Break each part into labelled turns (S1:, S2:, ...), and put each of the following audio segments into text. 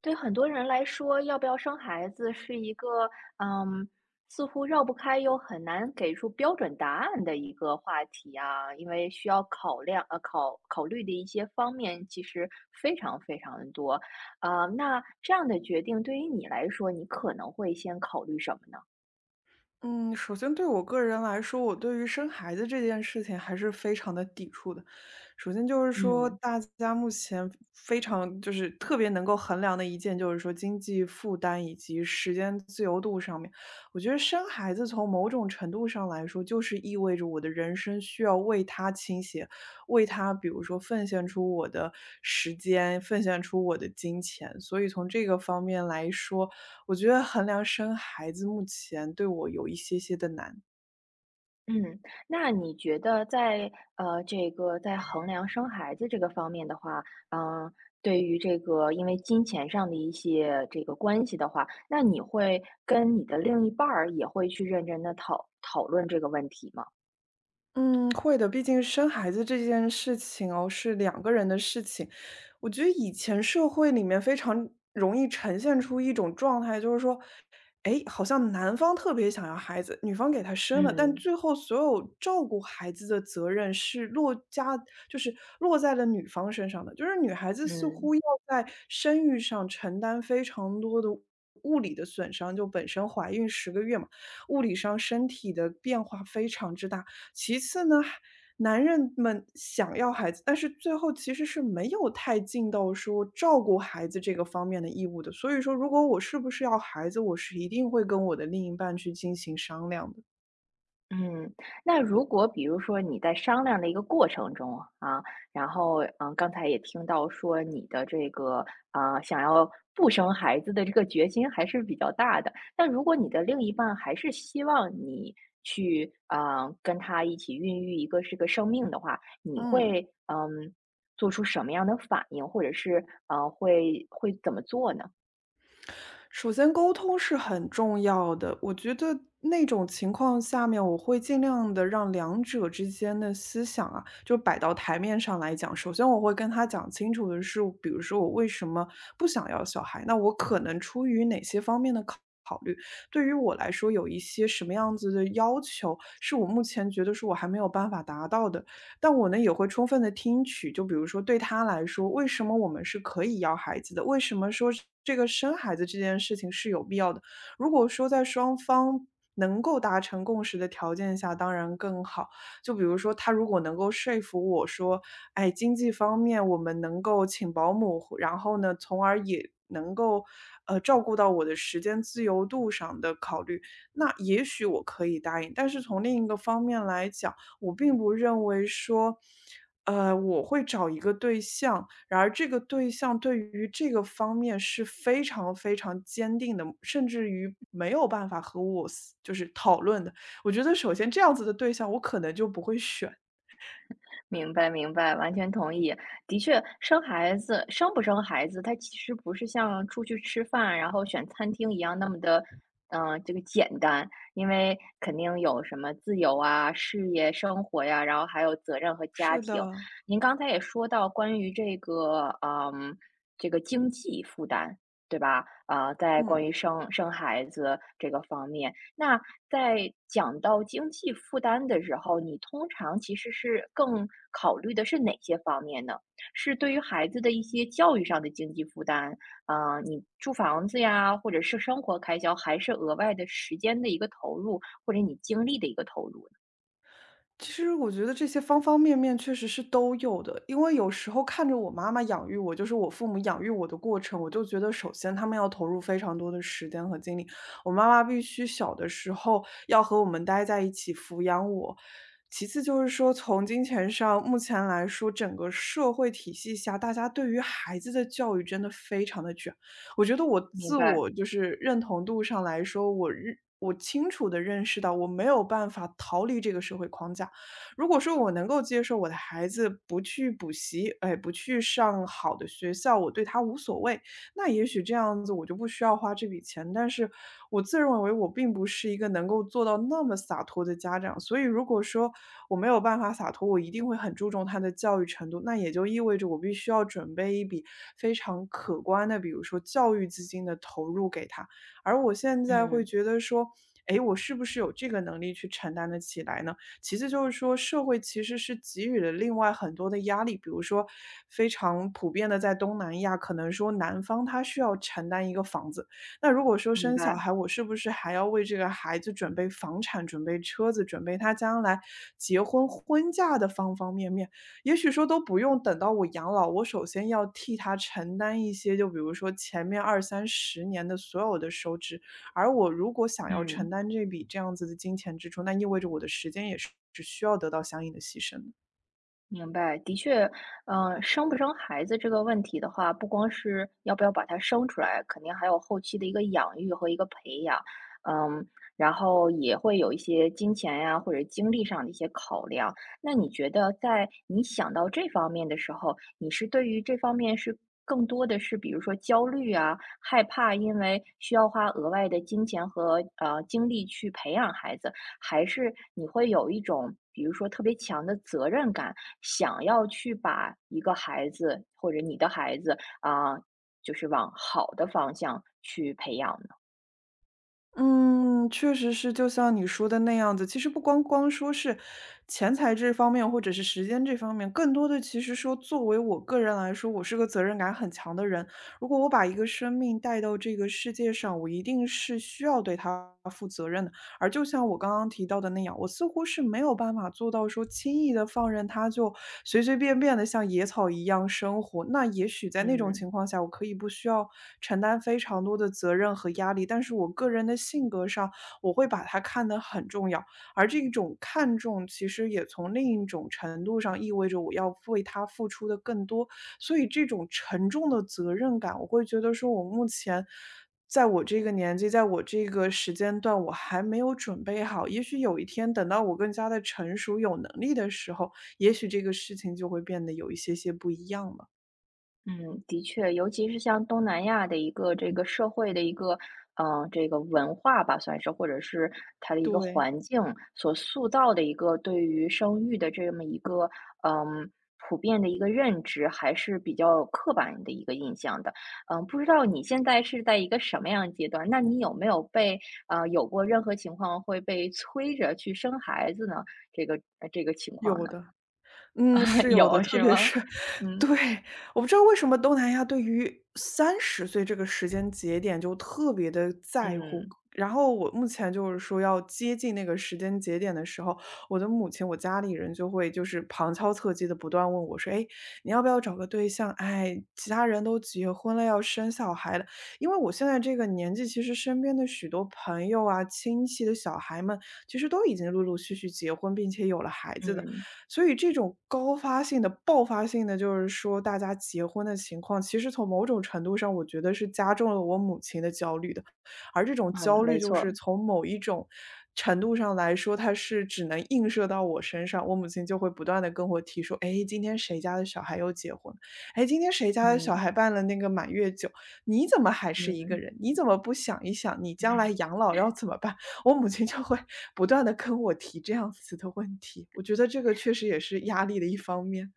S1: 对很多人来说，要不要生孩子是一个，嗯，似乎绕不开又很难给出标准答案的一个话题啊，因为需要考量考虑的一些方面其实非常非常的多。那这样的决定对于你来说，你可能会先考虑什么呢？
S2: 嗯，首先对我个人来说，我对于生孩子这件事情还是非常的抵触的。首先就是说，
S1: 嗯
S2: 大家目前非常就是特别能够衡量的一件，就是说经济负担以及时间自由度上面。我觉得生孩子从某种程度上来说，就是意味着我的人生需要为他倾斜，为他比如说奉献出我的时间，奉献出我的金钱。所以从这个方面来说，我觉得衡量生孩子目前对我有一些些的难。
S1: 嗯。那你觉得在这个在衡量生孩子这个方面的话，嗯、对于这个因为金钱上的一些这个关系的话，那你会跟你的另一半儿也会去认真的讨论这个问题吗？
S2: 嗯，会的，毕竟生孩子这件事情哦，是两个人的事情。我觉得以前社会里面非常容易呈现出一种状态，就是说，哎，好像男方特别想要孩子，女方给他生了，但
S1: 嗯。
S2: 最后所有照顾孩子的责任是落家，就是落在了女方身上的，就是女孩子似
S1: 嗯。
S2: 乎要在生育上承担非常多的物理的损伤，就本身怀孕10个月嘛。物理上身体的变化非常之大。其次呢，男人们想要孩子，但是最后其实是没有太尽到说照顾孩子这个方面的义务的。所以说，如果我是不是要孩子，我是一定会跟我的另一半去进行商量的。
S1: 嗯，那如果比如说你在商量的一个过程中啊，然后刚才也听到说你的这个想要不生孩子的这个决心还是比较大的。那如果你的另一半还是希望你去跟他一起孕育一个这个生命的话，你
S2: 嗯。
S1: 会做出什么样的反应，或者是会怎么做呢？
S2: 首先沟通是很重要的，我觉得那种情况下面，我会尽量的让两者之间的思想啊，就摆到台面上来讲。首先我会跟他讲清楚的是，比如说我为什么不想要小孩，那我可能出于哪些方面的考虑，对于我来说有一些什么样子的要求，是我目前觉得是我还没有办法达到的。但我呢也会充分的听取，就比如说对他来说，为什么我们是可以要孩子的？为什么说是这个生孩子这件事情是有必要的？如果说在双方能够达成共识的条件下，当然更好。就比如说他如果能够说服我说，哎，经济方面我们能够请保姆，然后呢，从而也能够，照顾到我的时间自由度上的考虑，那也许我可以答应。但是从另一个方面来讲，我并不认为说，我会找一个对象，然而这个对象对于这个方面是非常非常坚定的，甚至于没有办法和我就是讨论的。我觉得首先这样子的对象，我可能就不会选。
S1: 明白明白，完全同意。的确，生不生孩子，它其实不是像出去吃饭，然后选餐厅一样那么的这个简单，因为肯定有什么自由啊、事业、生活呀、然后还有责任和家
S2: 是
S1: 庭。
S2: 的。
S1: 您刚才也说到关于这个，嗯，这个经济负担，对吧？在关
S2: 嗯。
S1: 于生孩子这个方面。那在讲到经济负担的时候，你通常其实是更考虑的是哪些方面呢？是对于孩子的一些教育上的经济负担，你住房子呀，或者是生活开销，还是额外的时间的一个投入，或者你精力的一个投入呢？
S2: 其实我觉得这些方方面面确实是都有的，因为有时候看着我妈妈养育我，就是我父母养育我的过程，我就觉得首先他们要投入非常多的时间和精力。我妈妈必须小的时候要和我们待在一起抚养我，其次就是说从金钱上，目前来说整个社会体系下，大家对于孩子的教育真的非常的卷。我觉得我
S1: 明
S2: 自
S1: 白。
S2: 我就是认同度上来说，我清楚的认识到我没有办法逃离这个社会框架。如果说我能够接受我的孩子不去补习，哎，不去上好的学校，我对他无所谓，那也许这样子我就不需要花这笔钱。但是我自认为我并不是一个能够做到那么洒脱的家长，所以如果说我没有办法洒脱，我一定会很注重他的教育程度，那也就意味着我必须要准备一笔非常可观的，比如说教育资金的投入给他。而我现在会
S1: 嗯，
S2: 觉得说，诶，我是不是有这个能力去承担得起来呢？其次就是说，社会其实是给予了另外很多的压力，比如说非常普遍的在东南亚，可能说男方他需要承担一个房子，那如果说
S1: 明
S2: 生小
S1: 白。
S2: 孩，我是不是还要为这个孩子准备房产、准备车子、准备他将来结婚婚嫁的方方面面？也许说都不用等到我养老，我首先要替他承担一些，就比如说前面二三十年的所有的收支。而我如果想要承
S1: 嗯。
S2: 担这样子的金钱支出，那意味着我的时间也是需要得到相应的牺牲的。
S1: 明白，的确。嗯，生不生孩子这个问题的话，不光是要不要把它生出来，肯定还有后期的一个养育和一个培养，嗯，然后也会有一些金钱呀或者精力上的一些考量。那你觉得在你想到这方面的时候，你是对于这方面是更多的是比如说焦虑啊，害怕，因为需要花额外的金钱和精力去培养孩子，还是你会有一种，比如说特别强的责任感，想要去把一个孩子或者你的孩子啊，就是往好的方向去培养呢？
S2: 嗯，确实是，就像你说的那样子。其实不光光说是钱财这方面，或者是时间这方面，更多的其实说，作为我个人来说，我是个责任感很强的人。如果我把一个生命带到这个世界上，我一定是需要对他负责任的。而就像我刚刚提到的那样，我似乎是没有办法做到说轻易的放任他，就随随便便的像野草一样生活。那也许在那种
S1: 嗯。
S2: 情况下，我可以不需要承担非常多的责任和压力，但是我个人的性格上，我会把它看得很重要。而这种看重，其实也从另一种程度上意味着我要为他付出的更多。所以这种沉重的责任感，我会觉得说我目前在我这个年纪，在我这个时间段，我还没有准备好。也许有一天，等到我更加的成熟、有能力的时候，也许这个事情就会变得有一些些不一样了。
S1: 嗯，的确，尤其是像东南亚的一个这个社会的一个，呃，这个文化吧，算是，或者是它的一个
S2: 对，
S1: 环境所塑造的一个对于生育的这么一个，嗯，普遍的一个认知，还是比较刻板的一个印象的。嗯，不知道你现在是在一个什么样的阶段？那你有没有被，呃，有过任何情况会被催着去生孩子呢？这个，这个情况
S2: 有
S1: 呢？
S2: 的。嗯，是有的，
S1: 有，
S2: 特
S1: 是
S2: 别
S1: 吗？
S2: 是 对，
S1: 嗯。
S2: 我不知道为什么东南亚对于30岁这个时间节点就特别的在乎。
S1: 嗯。
S2: 然后我目前就是说要接近那个时间节点的时候，我的母亲、我家里人就会就是旁敲侧击的不断问我说：“哎，你要不要找个对象？哎，其他人都结婚了，要生小孩了。”因为我现在这个年纪，其实身边的许多朋友啊、亲戚的小孩们，其实都已经陆陆续续结婚并且有了孩子的。
S1: 嗯。
S2: 所以这种高发性的、爆发性的，就是说大家结婚的情况，其实从某种程度上，我觉得是加重了我母亲的焦虑的。而这种
S1: 嗯，
S2: 焦
S1: 没
S2: 虑，就
S1: 错。
S2: 是从某一种程度上来说，它是只能映射到我身上。我母亲就会不断的跟我提说：“哎，今天谁家的小孩又结婚了？诶，今天谁家的小
S1: 嗯。
S2: 孩办了那个满月酒？你怎么还是一个
S1: 嗯，
S2: 人？你怎么不想一想，你将来养老要怎么办？”我母亲就会不断的跟我提这样子的问题，我觉得这个确实也是压力的一方面。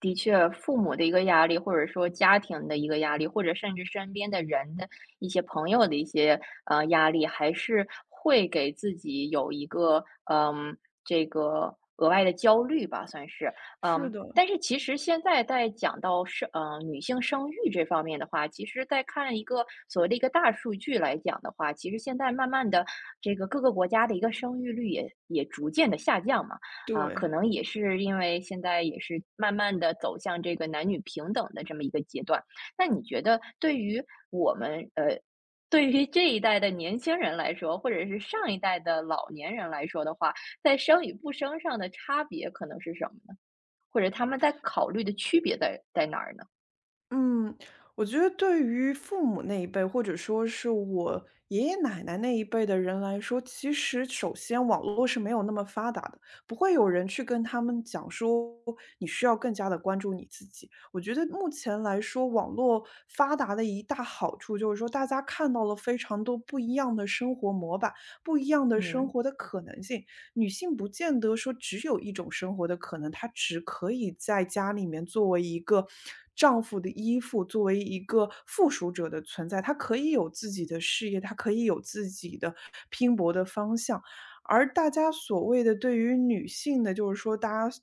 S1: 的确，父母的一个压力，或者说家庭的一个压力，或者甚至身边的人的一些朋友的一些压力，还是会给自己有一个嗯这个额外的焦虑吧，算是。
S2: 是
S1: 嗯。
S2: 的，
S1: 但是其实现在在讲到女性生育这方面的话，其实在看一个所谓的一个大数据来讲的话，其实现在慢慢的这个各个国家的一个生育率也逐渐的下降嘛。啊，
S2: 对。
S1: 可能也是因为现在也是慢慢的走向这个男女平等的这么一个阶段。那你觉得对于我们呃，对于这一代的年轻人来说，或者是上一代的老年人来说的话，在生与不生上的差别可能是什么呢？或者他们在考虑的区别在哪儿呢？
S2: 嗯，我觉得对于父母那一辈，或者说是我爷爷奶奶那一辈的人来说，其实首先网络是没有那么发达的，不会有人去跟他们讲说你需要更加的关注你自己。我觉得目前来说，网络发达的一大好处就是说，大家看到了非常多不一样的生活模板，不一样的生
S1: 嗯。
S2: 活的可能性。女性不见得说只有一种生活的可能，她只可以在家里面作为一个丈夫的依附，作为一个附属者的存在，她可以有自己的事业，她可以有自己的拼搏的方向。而大家所谓的对于女性的，就是说大家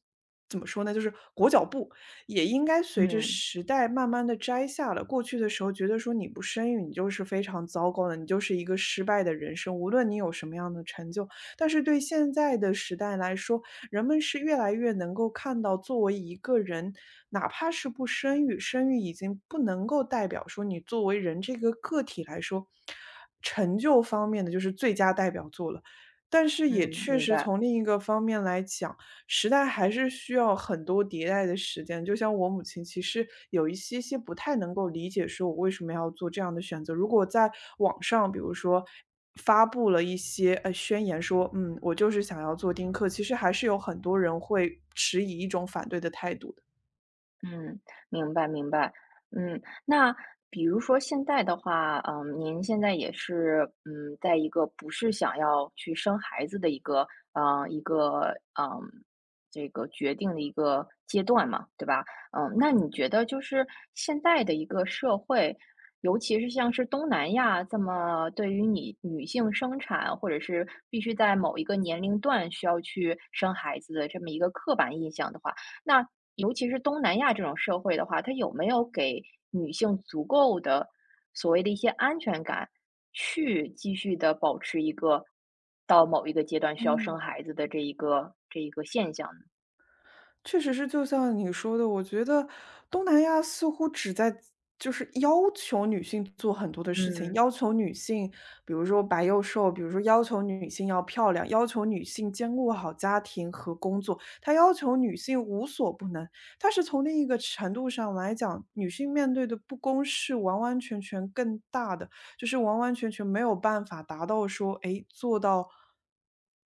S2: 怎么说呢？就是裹脚布，也应该随着
S1: 嗯。
S2: 时代慢慢的摘下了。过去的时候，觉得说你不生育，你就是非常糟糕的，你就是一个失败的人生。无论你有什么样的成就，但是对现在的时代来说，人们是越来越能够看到，作为一个人，哪怕是不生育，生育已经不能够代表说你作为人这个个体来说，成就方面的就是最佳代表作了。但是也
S1: 嗯，
S2: 确
S1: 明
S2: 实
S1: 白。
S2: 从另一个方面来讲，时代还是需要很多迭代的时间。就像我母亲，其实有一些些不太能够理解，说我为什么要做这样的选择。如果在网上，比如说发布了一些宣言说，嗯，我就是想要做丁克，其实还是有很多人会持以一种反对的态度的。
S1: 嗯，明白明白。嗯，那比如说现在的话，嗯，您现在也是，嗯，在一个不是想要去生孩子的一个，呃，一个，嗯，这个决定的一个阶段嘛，对吧？嗯，那你觉得就是现在的一个社会，尤其是像是东南亚这么对于你女性生产，或者是必须在某一个年龄段需要去生孩子的这么一个刻板印象的话，那尤其是东南亚这种社会的话，它有没有给女性足够的所谓的一些安全感，去继续的保持一个到某一个阶段需要生
S2: 嗯，
S1: 孩子的这一个现象呢？
S2: 确实是，就像你说的，我觉得东南亚似乎只在就是要求女性做很多的事情，
S1: 嗯。
S2: 要求女性，比如说白又瘦，比如说要求女性要漂亮，要求女性兼顾好家庭和工作，他要求女性无所不能。但是从另一个程度上来讲，女性面对的不公是完完全全更大的。就是完完全全没有办法达到说，哎，做到，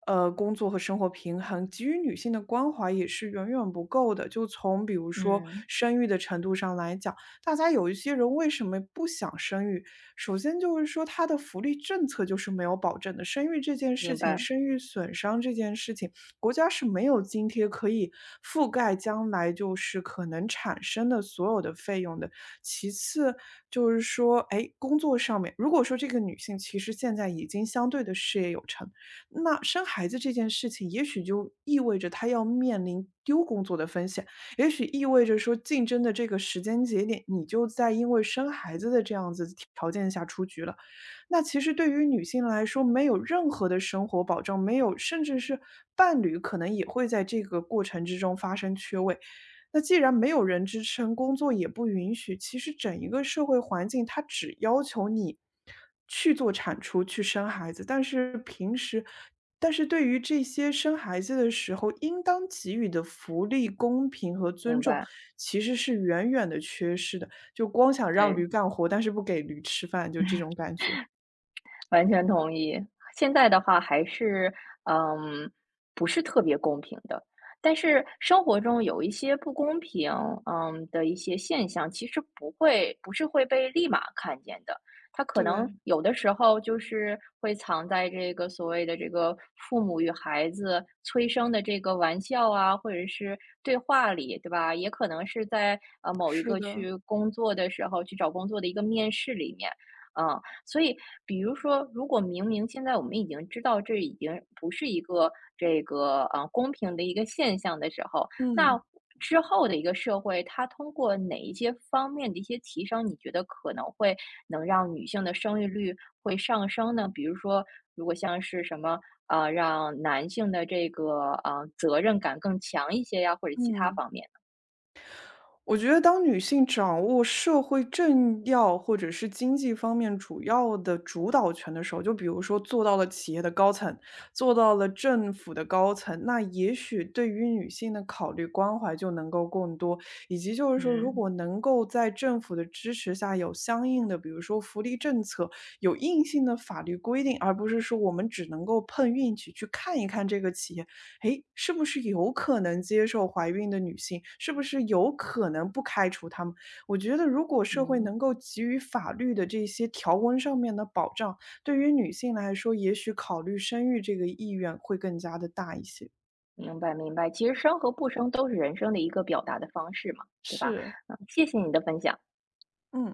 S2: 工作和生活平衡，给予女性的关怀也是远远不够的。就从比如说
S1: 嗯，
S2: 生育的程度上来讲，大家有一些人为什么不想生育？首先就是说他的福利政策就是没有保证的，生育这件事
S1: 明
S2: 情，
S1: 白。
S2: 生育损伤这件事情，国家是没有津贴可以覆盖将来就是可能产生的所有的费用的。其次，就是说，哎，工作上面，如果说这个女性其实现在已经相对的事业有成，那生孩子这件事情，也许就意味着她要面临丢工作的风险，也许意味着说竞争的这个时间节点，你就在因为生孩子的这样子条件下出局了。那其实对于女性来说，没有任何的生活保障，没有，甚至是伴侣可能也会在这个过程之中发生缺位。那既然没有人支撑，工作也不允许，其实整一个社会环境它只要求你去做产出、去生孩子，但是平时但是对于这些生孩子的时候，应当给予的福利、公平和
S1: 明
S2: 尊重，
S1: 白，
S2: 其实是远远的缺失的。就光想让
S1: 对。
S2: 驴干活，但是不给驴吃饭，就这种感觉。
S1: 完全同意。现在的话还是，嗯，不是特别公平的。但是生活中有一些不公平，嗯，的一些现象，其实不是会被立马看见的。它可能
S2: 对，
S1: 有的时候就是会藏在这个所谓的这个父母与孩子催生的这个玩笑啊，或者是对话里，对吧？也可能是在，呃，某一
S2: 是
S1: 个
S2: 的，
S1: 去工作的时候，去找工作的一个面试里面。嗯。所以，比如说，如果明明现在我们已经知道这已经不是一个这个公平的一个现象的时候，那
S2: 嗯，
S1: 之后的一个社会，它通过哪一些方面的一些提升，你觉得可能会能让女性的生育率会上升呢？比如说，如果像是什么让男性的这个责任感更强一些呀，或者其他
S2: 嗯。
S1: 方面呢？
S2: 我觉得当女性掌握社会政要或者是经济方面主要的主导权的时候，就比如说做到了企业的高层，做到了政府的高层，那也许对于女性的考虑关怀就能够更多，以及就是说，如
S1: 嗯。
S2: 果能够在政府的支持下有相应的，比如说福利政策，有硬性的法律规定，而不是说我们只能够碰运气去看一看这个企业。诶，是不是有可能接受怀孕的女性，是不是有可能不开除她们？我觉得如果社会
S1: 嗯，
S2: 能够给予法律的这些条文上面的保障，对于女性来说，也许考虑生育这个意愿会更加的大一些。
S1: 明白明白，其实生和不生都是人生的一个表达的方式嘛，对吧？
S2: 是，
S1: 嗯，谢谢你的分享。
S2: 嗯。